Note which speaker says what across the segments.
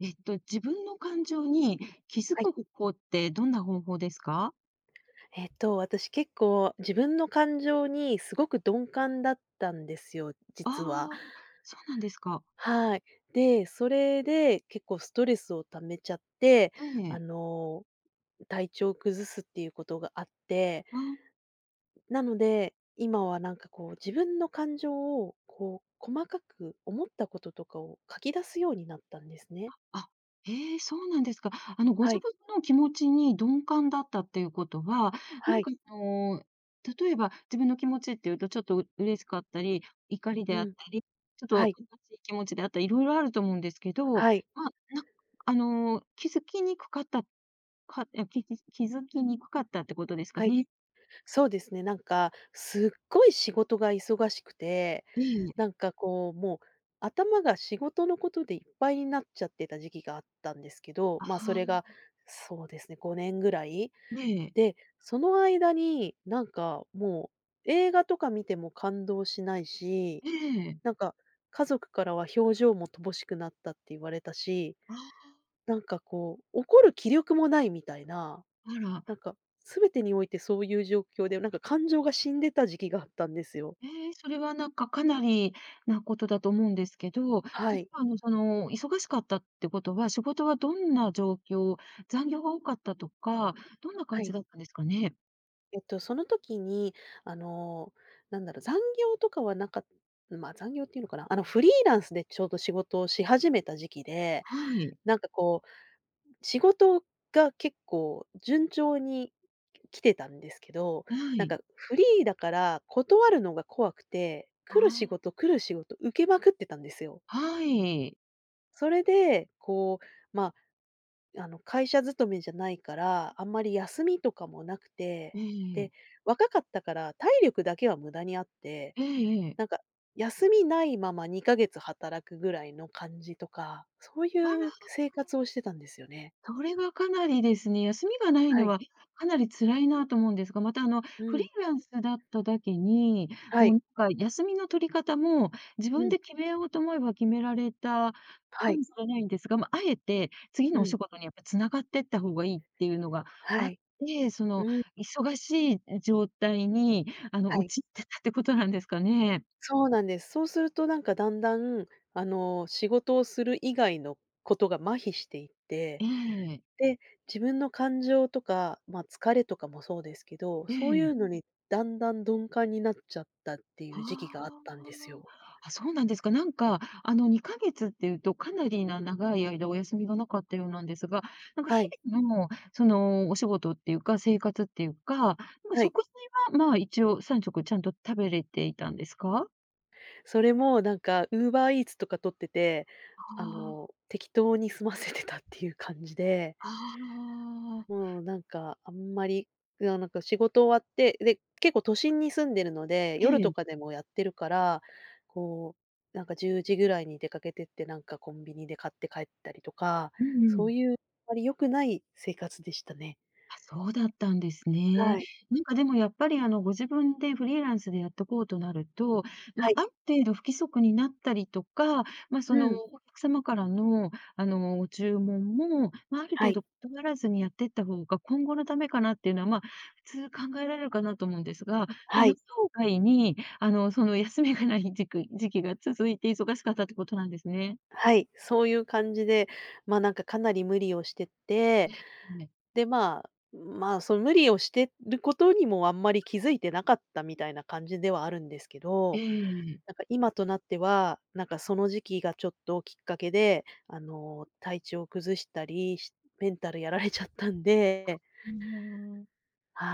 Speaker 1: 自分の感情に気づ
Speaker 2: はい。
Speaker 1: く方法ってどんな方法ですか？
Speaker 2: 私結構自分の感情にすごく鈍感だったんですよ、
Speaker 1: あ
Speaker 2: 実は。
Speaker 1: あ、そうなんですか。
Speaker 2: はい。で、それで結構ストレスを溜めちゃって、
Speaker 1: え
Speaker 2: あ
Speaker 1: え。
Speaker 2: の、体調を崩すっていうことがあって、
Speaker 1: あ
Speaker 2: なので、今はなんかこう自分の感情をこう細かく思ったこととかを書き出すようになったんですね。
Speaker 1: あ、ええ、そうなんですか。ご
Speaker 2: は
Speaker 1: 自
Speaker 2: い、
Speaker 1: 分の気持ちに鈍感だったっていうことは、な
Speaker 2: は
Speaker 1: ん
Speaker 2: い、
Speaker 1: か、例えば自分の気持ちっていうと、ちょっと嬉しかったり、怒りであ
Speaker 2: う
Speaker 1: っ
Speaker 2: ん、
Speaker 1: たり、ちょっ
Speaker 2: は
Speaker 1: と
Speaker 2: い、
Speaker 1: 悲しい気持ちであったり、色々あると思うんですけど、
Speaker 2: はい、
Speaker 1: まあ、なあの、気づきにくかったかえ、気づ気づきにくかったってことですか
Speaker 2: はい。
Speaker 1: ね？
Speaker 2: そうですね、なんか、すっごい仕事が忙しくて、
Speaker 1: ええ。
Speaker 2: なんかこう、もう頭が仕事のことでいっぱいになっちゃってた時期があったんですけど、
Speaker 1: あ
Speaker 2: まあ、それが、
Speaker 1: あ。
Speaker 2: そうですね、5年ぐらい。
Speaker 1: ええ、
Speaker 2: で、その間に、なんかもう映画とか見ても感動しないし、
Speaker 1: ええ。
Speaker 2: なんか家族からは表情も乏しくなったって言われたし、
Speaker 1: ああ、
Speaker 2: なんかこう、怒る気力もないみたいな、
Speaker 1: あら、
Speaker 2: なんか、全てにおいてそういう状況で、なんか感情が死んでた時期があったんですよ。
Speaker 1: ええ、それはなんかかなりなことだと思うんですけど、例
Speaker 2: は
Speaker 1: え
Speaker 2: い。
Speaker 1: ば忙しかったってことは、仕事はどんな状況、残業が多かったとか、どんな
Speaker 2: は
Speaker 1: 感じ
Speaker 2: い。
Speaker 1: だったんですかね？
Speaker 2: その時に、あの、なんだろう、残業とかはなかった、まあ、残業っていうのかな、フリーランスでちょうど仕事をし始めた時期で、
Speaker 1: はい、
Speaker 2: なんかこう、仕事が結構順調に来てたんですけど、
Speaker 1: は
Speaker 2: なん
Speaker 1: い。
Speaker 2: かフリーだから断るのが怖くて、来る仕
Speaker 1: あ
Speaker 2: 事来る仕事受けまくってたんですよ。
Speaker 1: あ、はい。
Speaker 2: それで、こう、まあ、会社勤めじゃないから、あんまり休みとかもなくて、
Speaker 1: え
Speaker 2: で、
Speaker 1: え、
Speaker 2: 若かったから体力だけは無駄にあって、
Speaker 1: ええええ。
Speaker 2: なんか休みないまま2ヶ月働くぐらいの感じとか、そう
Speaker 1: あ
Speaker 2: いう
Speaker 1: ら。
Speaker 2: 生活をしてたんですよね。
Speaker 1: それがかなりですね、休みがない
Speaker 2: は
Speaker 1: の
Speaker 2: い。
Speaker 1: はかなり辛いなと思うんですが、また
Speaker 2: う
Speaker 1: フリ
Speaker 2: ん。
Speaker 1: ーランスだっただけに、
Speaker 2: は
Speaker 1: もう
Speaker 2: い。
Speaker 1: なんか休みの取り方も自
Speaker 2: う
Speaker 1: 分
Speaker 2: ん。
Speaker 1: で決めようと思えば決められた
Speaker 2: は
Speaker 1: か
Speaker 2: い。
Speaker 1: もしれないんですが、まあ、あえて次
Speaker 2: う
Speaker 1: のお
Speaker 2: ん。
Speaker 1: 仕事にやっぱ繋がっていった方がいいっていうのがあ
Speaker 2: は
Speaker 1: っ
Speaker 2: い。
Speaker 1: て、その
Speaker 2: うん。
Speaker 1: 忙しい状態に、
Speaker 2: はい。
Speaker 1: 陥ってたってことなんですかね。
Speaker 2: そうなんです。そうするとなんかだんだん、仕事をする以外のことが麻痺していって、
Speaker 1: ええ、
Speaker 2: で、自分の感情とか、まあ、疲れとかもそうですけど、
Speaker 1: え
Speaker 2: そういう
Speaker 1: え。
Speaker 2: のにだんだん鈍感になっちゃったってい
Speaker 1: は
Speaker 2: う時期があっ
Speaker 1: あ。
Speaker 2: たんですよ。
Speaker 1: あ、そうなんですか。なんか、2ヶ月っていうと、かなりな長い間お休みがなかったようなんですが、なんか
Speaker 2: は
Speaker 1: 日
Speaker 2: い、
Speaker 1: 々の、お仕事っていうか、生活っていうか、なんか
Speaker 2: はい。
Speaker 1: 食事は、まあ、一応3食ちゃんと食べれていたんですか？
Speaker 2: それもなんか UberEats とか取ってて、
Speaker 1: ああ、
Speaker 2: 適当に済ませてたっていう感じで、
Speaker 1: ああ。
Speaker 2: もうなんか、あんまり、いや、なんか仕事終わって、で、結構都心に住んでるので、
Speaker 1: え
Speaker 2: 夜と
Speaker 1: え。
Speaker 2: かでもやってるから、こう、なんか10時ぐらいに出かけてって、なんかコンビニで買って帰ったりとか、
Speaker 1: うんう
Speaker 2: そ
Speaker 1: ん。
Speaker 2: ういうあまり良くない生活でしたね。
Speaker 1: あ、そうだったんですね。
Speaker 2: はい。
Speaker 1: なんかでもやっぱりご自分でフリーランスでやってこうとなると、ま
Speaker 2: は
Speaker 1: あ、
Speaker 2: い。
Speaker 1: ある程度不規則になったりとか、まあ、そ
Speaker 2: う
Speaker 1: の
Speaker 2: ん。
Speaker 1: お客様からのご注文も、まあ、ある
Speaker 2: は
Speaker 1: 程
Speaker 2: い。
Speaker 1: 度断らずにやっていった方が今後のためかなっていうのは、まあ、普通考えられるかなと思うんですが、まあ、
Speaker 2: は
Speaker 1: 予
Speaker 2: い。
Speaker 1: 想外にその休みがない時期が続いて忙しかったってことなんですね。
Speaker 2: はい。そういう感じで、ま、なんかかなり無理をしてって、
Speaker 1: ね。
Speaker 2: で、まあ、まあ、その無理をしてることにもあんまり気づいてなかったみたいな感じではあるんですけど、
Speaker 1: ええ
Speaker 2: なんか今となっては、なんかその時期がちょっときっかけで、体調を崩したりし、メンタルやられちゃったんで。
Speaker 1: うん。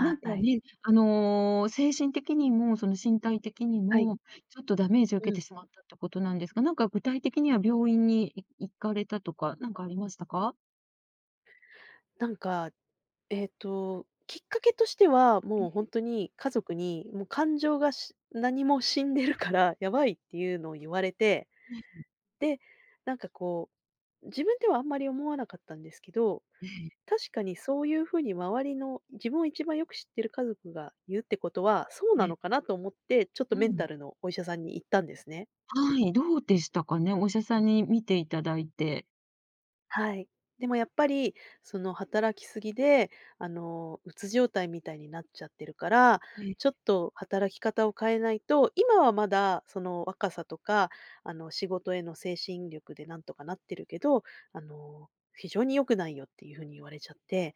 Speaker 1: なんか
Speaker 2: い。
Speaker 1: ね、精神的にも、その身体的に
Speaker 2: はい。
Speaker 1: も、ちょっとダメージを
Speaker 2: う
Speaker 1: 受けて
Speaker 2: ん。
Speaker 1: しまったってことなんですが、なんか具体的には病院に行かれたとか、なんかありましたか？
Speaker 2: なんか、きっかけとしては、
Speaker 1: え
Speaker 2: もう本
Speaker 1: え、
Speaker 2: 当に家族に、もう感情がし何も死んでるからやばいっていうのを言われて、
Speaker 1: ええ、
Speaker 2: で、なんかこう、自分ではあんまり思わなかったんですけど、
Speaker 1: ええ、
Speaker 2: 確かにそういうふうに周りの、自分を一番よく知ってる家族が言うってことは、そう
Speaker 1: え
Speaker 2: な
Speaker 1: え、
Speaker 2: のかなと思って、ちょっと
Speaker 1: う
Speaker 2: メン
Speaker 1: ん。
Speaker 2: タルのお医者さんに行ったんですね。
Speaker 1: はい、どうでしたかね？お医者さんに診ていただいて。
Speaker 2: はい。でもやっぱり、その働きすぎで、うつ状態みたいになっちゃってるから、
Speaker 1: ええ、
Speaker 2: ちょっと働き方を変えないと、今はまだその若さとか、仕事への精神力でなんとかなってるけど、非常に良くないよっていうふうに言われちゃって、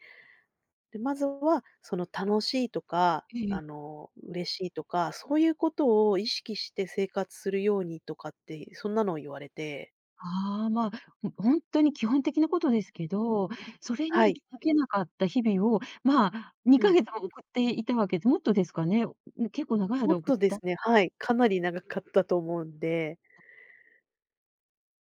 Speaker 2: で、まずは、その楽しいとか、
Speaker 1: ええ。
Speaker 2: 嬉しいとか、そういうことを意識して生活するようにとかって、そんなのを言われて。
Speaker 1: ああ、まあ、ん、ほんとに基本的なことですけど、それ
Speaker 2: は
Speaker 1: に
Speaker 2: い。
Speaker 1: 気づけなかった日々を、まあ、
Speaker 2: う
Speaker 1: 2
Speaker 2: ん。
Speaker 1: ヶ月も送っていたわけでもっとですかね？ん、結構長い
Speaker 2: もっ
Speaker 1: 間送っ
Speaker 2: とで
Speaker 1: た
Speaker 2: すね、はい、かなり長かったと思うんで。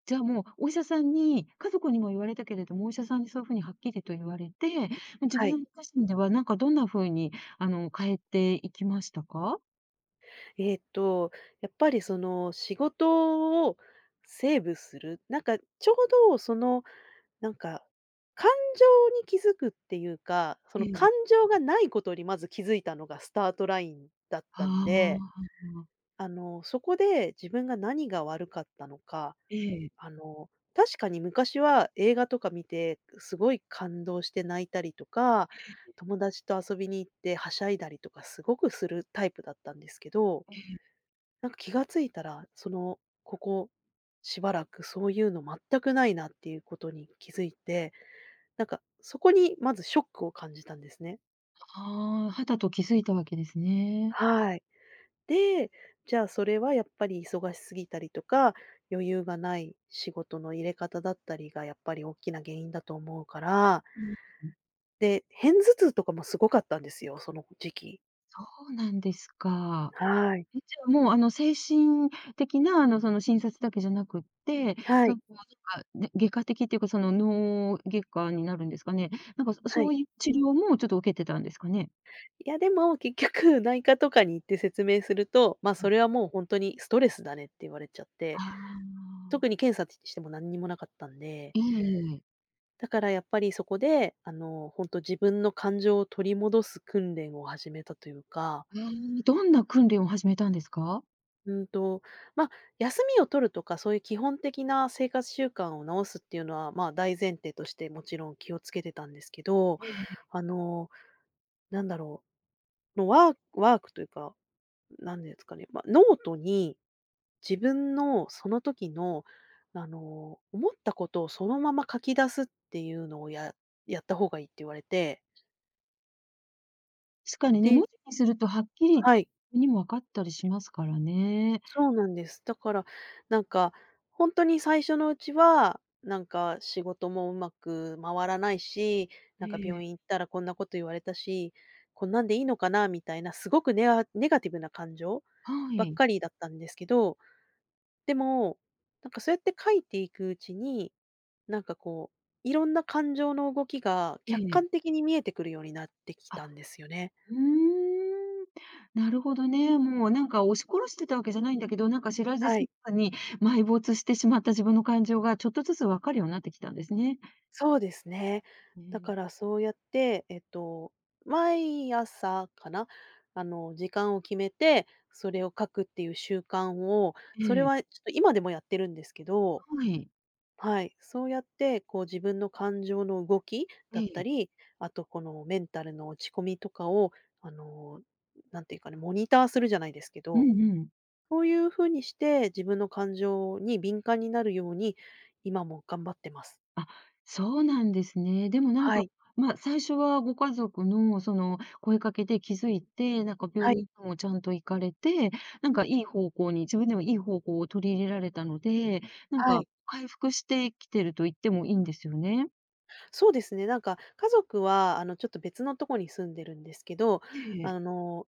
Speaker 1: じゃあもう、お医者さんに家族にも言われたけれども、お医者さんにそういうふうにはっきりと言われて、もう自
Speaker 2: はい。
Speaker 1: 分自身ではなんかどんなふうに、変えていきましたか？
Speaker 2: えっと、やっぱりその仕事をセーブする、なんかちょうどその、なんか、感情に気づくっていうか、そ
Speaker 1: え
Speaker 2: の
Speaker 1: え。
Speaker 2: 感情がないことにまず気づいたのがスタートラインだった
Speaker 1: あ
Speaker 2: んで、
Speaker 1: あ。
Speaker 2: そこで自分が何が悪かったのか、
Speaker 1: ええ。
Speaker 2: あの、確かに昔は映画とか見て、すごい感動して泣いたりとか、友達と遊びに行ってはしゃいだりとかすごくするタイプだったんですけど、なんか気がついたら、その、ここしばらくそういうの全くないなっていうことに気づいて、なんかそこにまずショックを感じたんですね。
Speaker 1: ああ、はたと気づいたわけですね。
Speaker 2: はい。で、じゃあそれはやっぱり忙しすぎたりとか、余裕がない仕事の入れ方だったりがやっぱり大きな原因だと思うから、
Speaker 1: うん。
Speaker 2: で、片頭痛とかもすごかったんですよ、その時期。
Speaker 1: そうなんですか。
Speaker 2: はい。
Speaker 1: え、じゃあもう、精神的な、その診察だけじゃなくって、
Speaker 2: は
Speaker 1: そ
Speaker 2: い。
Speaker 1: の、なんか、ね、外科的っていうか、その脳外科になるんですかね。なんか
Speaker 2: は
Speaker 1: そう
Speaker 2: い。
Speaker 1: いう治療もちょっと受けてたんですかね？
Speaker 2: いやでも結局内科とかに行って説明すると、まあ、それはもう本当にストレスだねって言われちゃっ
Speaker 1: あ
Speaker 2: て、
Speaker 1: あ、
Speaker 2: 特に検査しても何にもなかったんで、
Speaker 1: ええええ。
Speaker 2: だからやっぱりそこで、本当自分の感情を取り戻す訓練を始めたというか、
Speaker 1: どんな訓練を始めたんですか？
Speaker 2: うんと、まあ、休みを取るとか、そういう基本的な生活習慣を直すっていうのは、まあ、大前提として、もちろん気をつけてたんですけど、
Speaker 1: ええ。
Speaker 2: あの、なんだろう、のワーワークというか、なんですかね、まあ、ノートに自分のその時の、思ったことをそのまま書き出すっていうのをやった方がいいって言われて、
Speaker 1: 確かにね、文
Speaker 2: で、
Speaker 1: 字にするとはっきり自
Speaker 2: はい。
Speaker 1: 分にも分かったりしますからね。
Speaker 2: そうなんです。だから、なんか、本当に最初のうちは、なんか仕事もうまく回らないし、な
Speaker 1: え
Speaker 2: んか病院
Speaker 1: え。
Speaker 2: 行ったらこんなこと言われたし、こんなんでいいのかなみたいな、すごくネガティブな感情
Speaker 1: は
Speaker 2: ばっ
Speaker 1: い。
Speaker 2: かりだったんですけど、でも、なんかそうやって書いていくうちに、なんかこう、いろんな感情の動きが
Speaker 1: え
Speaker 2: 客観
Speaker 1: え。
Speaker 2: 的に見えてくるようになってき
Speaker 1: あ、
Speaker 2: たんですよね。
Speaker 1: うーん。なるほどね。もうなんか押し殺してたわけじゃないんだけど、なんか知らず
Speaker 2: は
Speaker 1: 知
Speaker 2: い。
Speaker 1: らずに埋没してしまった自分の感情がちょっとずつ分かるようになってきたんですね。
Speaker 2: そうですね。
Speaker 1: う
Speaker 2: だ
Speaker 1: ん。
Speaker 2: からそうやって、毎朝かな、時間を決めて、それを書くっていう習慣を、それ
Speaker 1: ええ、
Speaker 2: はちょっと今でもやってるんですけど、
Speaker 1: はい。
Speaker 2: はい、そうやってこう自分の感情の動きだ
Speaker 1: え
Speaker 2: った
Speaker 1: え。
Speaker 2: り、あとこのメンタルの落ち込みとかを、あの、なんていうかね、モニターするじゃないですけ
Speaker 1: う
Speaker 2: ど、
Speaker 1: んうん。
Speaker 2: そういう風にして自分の感情に敏感になるように、今も頑張ってます。
Speaker 1: あ、そうなんですね。でもなん
Speaker 2: は
Speaker 1: か、
Speaker 2: い。
Speaker 1: まあ、最初はご家族のその声かけで気づいて、なんか病
Speaker 2: はい。
Speaker 1: 院にもちゃんと行かれて、なんかいい方向に、自分でもいい方向を取り入れられたので、なん
Speaker 2: は
Speaker 1: か
Speaker 2: い。
Speaker 1: 回復してきてると言ってもいいんですよね？
Speaker 2: そうですね、なんか家族はあのちょっと別のとこに住んでるんですけど、
Speaker 1: ええ。
Speaker 2: あの、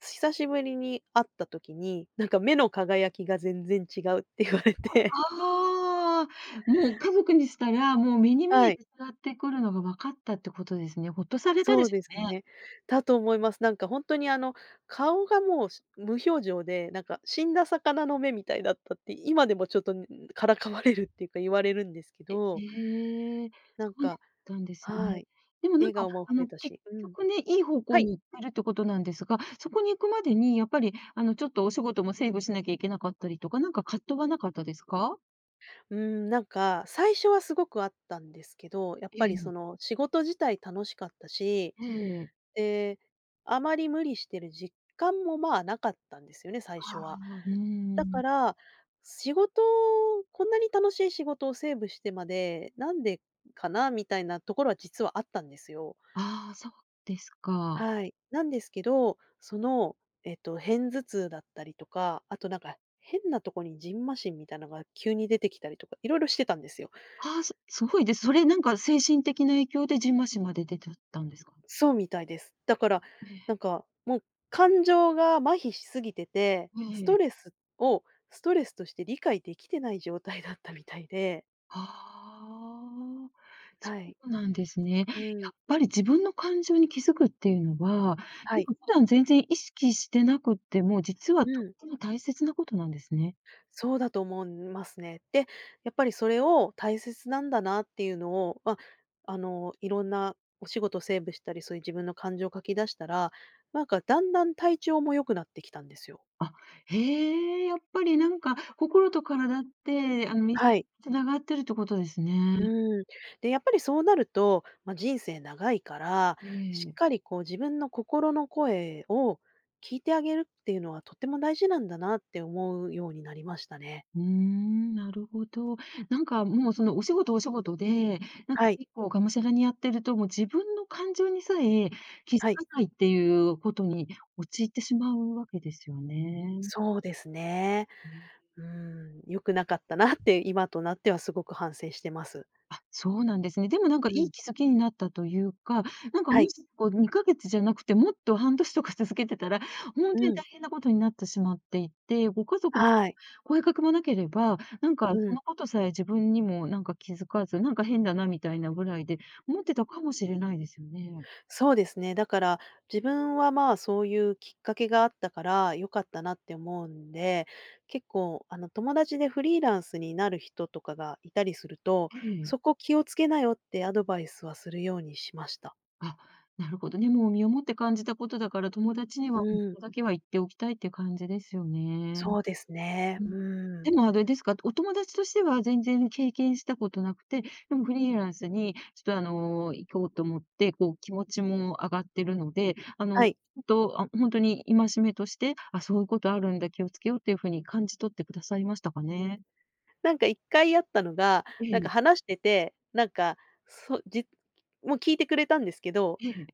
Speaker 2: 久しぶりに会った時に、なんか目の輝きが全然違うって言われて。
Speaker 1: ああ、もう家族にしたら、もう目 に見
Speaker 2: は
Speaker 1: え
Speaker 2: い、
Speaker 1: て伝わってくるのが分かったってことですね。ほっとされた
Speaker 2: そ
Speaker 1: で
Speaker 2: う
Speaker 1: しょ
Speaker 2: です
Speaker 1: うね。
Speaker 2: ね。だと思います。なんか本当にあの、顔がもう、し無表情で、なんか死んだ魚の目みたいだったって、今でもちょっと、ん、からかわれるっていうか言われるんですけど、
Speaker 1: へえ、
Speaker 2: な
Speaker 1: そ
Speaker 2: ん
Speaker 1: うだっ
Speaker 2: か、
Speaker 1: たんです
Speaker 2: は
Speaker 1: ね。
Speaker 2: い、
Speaker 1: でもなん
Speaker 2: 笑
Speaker 1: か、
Speaker 2: 顔も増えた
Speaker 1: 結
Speaker 2: し、うん。
Speaker 1: 局ね、いい方
Speaker 2: は
Speaker 1: 向
Speaker 2: い。
Speaker 1: に行ってるってことなんですが、そこに行くまでにやっぱり、ちょっとお仕事もセーブしなきゃいけなかったりとか、なんか葛藤はなかったですか？
Speaker 2: うん、なんか、最初はすごくあったんですけど、やっぱ
Speaker 1: え
Speaker 2: りそ
Speaker 1: え、
Speaker 2: の仕事自体楽しかったし、
Speaker 1: ええ。
Speaker 2: で、あまり無理してる実感もまあなかったんですよね、最
Speaker 1: あ
Speaker 2: 初
Speaker 1: あ、
Speaker 2: は。
Speaker 1: うー
Speaker 2: だか
Speaker 1: ん。
Speaker 2: ら、仕事をこんなに楽しい仕事をセーブしてまで、なんでかなみたいなところは実はあったんですよ。
Speaker 1: ああ、そうですか。
Speaker 2: はい。なんですけど、その、片頭痛だったりとか、あとなんか変なとこにジンマシンみたいなのが急に出てきたりとか、いろいろしてたんですよ。
Speaker 1: ああ、すごいです。それなんか精神的な影響で蕁麻疹まで出ちゃったんですか？
Speaker 2: そうみたいです。だから、な
Speaker 1: え
Speaker 2: んか、もう感情が麻痺しすぎてて、
Speaker 1: え、
Speaker 2: ス
Speaker 1: え
Speaker 2: トレ
Speaker 1: え。
Speaker 2: スをストレスとして理解できてない状態だったみたいで、
Speaker 1: ああ、そ
Speaker 2: はい。
Speaker 1: うなんですね。
Speaker 2: うん。
Speaker 1: 自分の感情に気づくっていうのは、
Speaker 2: は
Speaker 1: なん
Speaker 2: い。
Speaker 1: か普段全然意識してなくっても、実は
Speaker 2: う
Speaker 1: とっ
Speaker 2: ん。
Speaker 1: ても大切なことなんですね。
Speaker 2: そうだと思いますね。で、やっぱりそれを大切なんだなっていうのを、まあ、あの、いろんなお仕事セーブしたり、そういう自分の感情を書き出したら、なんかだんだん体調も良くなってきたんですよ。
Speaker 1: あ、へえ、やっぱりなんか心と体って、密接に
Speaker 2: はい。
Speaker 1: 繋がってるってことですね。
Speaker 2: うん。で、やっぱりそうなると、まあ、人生長いから、
Speaker 1: え
Speaker 2: しっ
Speaker 1: え。
Speaker 2: かりこう自分の心の声を聞いてあげるっていうのはとても大事なんだなって思うようになりましたね。
Speaker 1: うーん、なるほど。なんかもうそのお仕事お仕事で、なんか
Speaker 2: はい、
Speaker 1: 結構がむしゃらにやってると、もう自分の感情にさえ気づ
Speaker 2: はい、
Speaker 1: かないっていうことに陥ってしまうわけですよね。
Speaker 2: そうですね。
Speaker 1: ね。
Speaker 2: うん、良くなかったなって今となってはすごく反省してます。
Speaker 1: あ、そうなんですね。でもなんか
Speaker 2: う
Speaker 1: い
Speaker 2: ん、
Speaker 1: い気づきになったというか、なんか
Speaker 2: は
Speaker 1: も
Speaker 2: い、
Speaker 1: しこう2ヶ月じゃなくて、もっと半年とか 続けてたら、ほん
Speaker 2: う
Speaker 1: とに
Speaker 2: ん、
Speaker 1: 大変なことになってしまっていて、ご家族に
Speaker 2: はい、
Speaker 1: 声かけもなければ、なんか
Speaker 2: う
Speaker 1: そ
Speaker 2: ん。
Speaker 1: のことさえ自分にもなんか気づかず、なんか変だなみたいなぐらいで思ってたかもしれないですよね。
Speaker 2: そうですね。だから、自分はまあ、そういうきっかけがあったから良かったなって思うんで、結構あの友達でフリーランスになる人とかがいたりすると、
Speaker 1: ええ。
Speaker 2: そこ気をつけなよってアドバイスはするようにしました。
Speaker 1: あ、なるほどね。もう身をもって感じたことだから、友達に
Speaker 2: う
Speaker 1: はこ
Speaker 2: ん、
Speaker 1: こだけは言っておきたいって感じですよね。
Speaker 2: そうですね。
Speaker 1: うん。
Speaker 2: う
Speaker 1: で
Speaker 2: ん。
Speaker 1: もあれですか、お友達としては全然経験したことなくて、でもフリーランスにちょっと行こうと思って、こう気持ちも上がってるので、ほ
Speaker 2: はい。
Speaker 1: んと、あ、ほんとに戒めとして、あ、そういうことあるんだ、気をつけようっていう風に感じ取ってくださいましたかね？
Speaker 2: なんか1回やったのが、
Speaker 1: え
Speaker 2: なんか
Speaker 1: え、
Speaker 2: 話してて、なんか、そじもう聞いてくれたんですけど、
Speaker 1: ええ。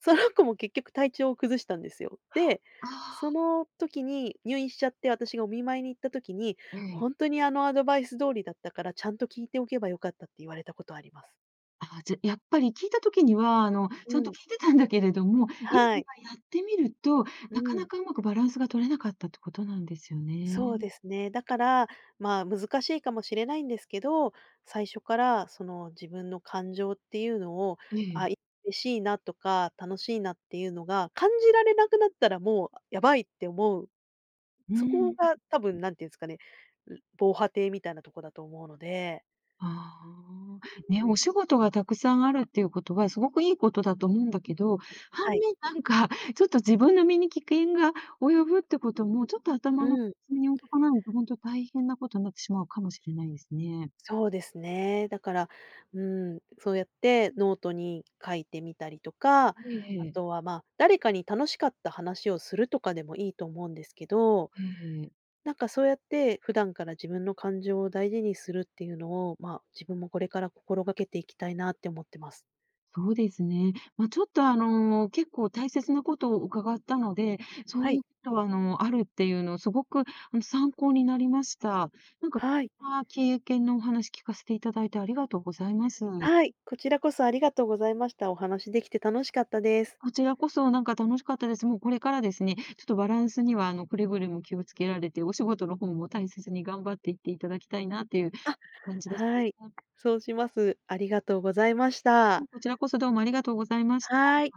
Speaker 2: その子も結局体調を崩したんですよ。で、
Speaker 1: あ
Speaker 2: その時に入院しちゃって、私がお見舞いに行った時に、
Speaker 1: あ、ええ。
Speaker 2: ほんとにあのアドバイス通りだったから、ちゃんと聞いておけばよかったって言われたことあります。
Speaker 1: ああ、じゃ、やっぱり聞いた時には、
Speaker 2: う
Speaker 1: ちゃんと
Speaker 2: ん。
Speaker 1: 聞いてたんだけれども、いざ
Speaker 2: はい。
Speaker 1: やってみると、
Speaker 2: う
Speaker 1: なかな
Speaker 2: ん。
Speaker 1: かうまくバランスが取れなかったってことなんですよ
Speaker 2: そう
Speaker 1: ね。
Speaker 2: ですね。だから、まあ、難しいかもしれないんですけど、最初からその自分の感情っていうのを、
Speaker 1: ええ。
Speaker 2: あ、い嬉しいなとか、楽しいなっていうのが感じられなくなったらもうやばいって思う、
Speaker 1: う
Speaker 2: そこ
Speaker 1: ー
Speaker 2: が
Speaker 1: ん。
Speaker 2: 多分なんていうんですかね、防波堤みたいなとこだと思うので、
Speaker 1: ああ、ね、お仕事がたくさんあるっていうことはすごくいいことだと思うんだけど、反
Speaker 2: はい。
Speaker 1: 面なんかちょっと自分の身に危険が及ぶってことも、ちょっと
Speaker 2: う
Speaker 1: 頭の片
Speaker 2: ん、
Speaker 1: 隅に置いとかないと、本当大変なことになってしまうかもしれないですね。
Speaker 2: そうですね。だから、うん、そうやってノートに書いてみたりとか、
Speaker 1: え
Speaker 2: あ
Speaker 1: えええ。
Speaker 2: とは、まあ、誰かに楽しかった話をするとかでもいいと思うんですけど、なんかそうやって普段から自分の感情を大事にするっていうのを、まあ、自分もこれから心がけていきたいなって思ってます。
Speaker 1: そうですね。まあ、ちょっと結構大切なことを伺ったので、そ
Speaker 2: は
Speaker 1: うい
Speaker 2: い。
Speaker 1: うことはあるっていうのすごく参考になりました。なんか貴
Speaker 2: はい。
Speaker 1: 重な経験のお話聞かせていただいてありがとうございます。
Speaker 2: はい、こちらこそありがとうございました。お話できて楽しかったです。
Speaker 1: こちらこそなんか楽しかったです。もうこれからですね、ちょっとバランスにはくれぐれも気をつけられて、お仕事の方も大切に頑張っていっていただきたいなっていう感じです
Speaker 2: はい。
Speaker 1: ね。
Speaker 2: そうします。ありがとうございました。
Speaker 1: こちらこそどうもありがとうございました。
Speaker 2: はい。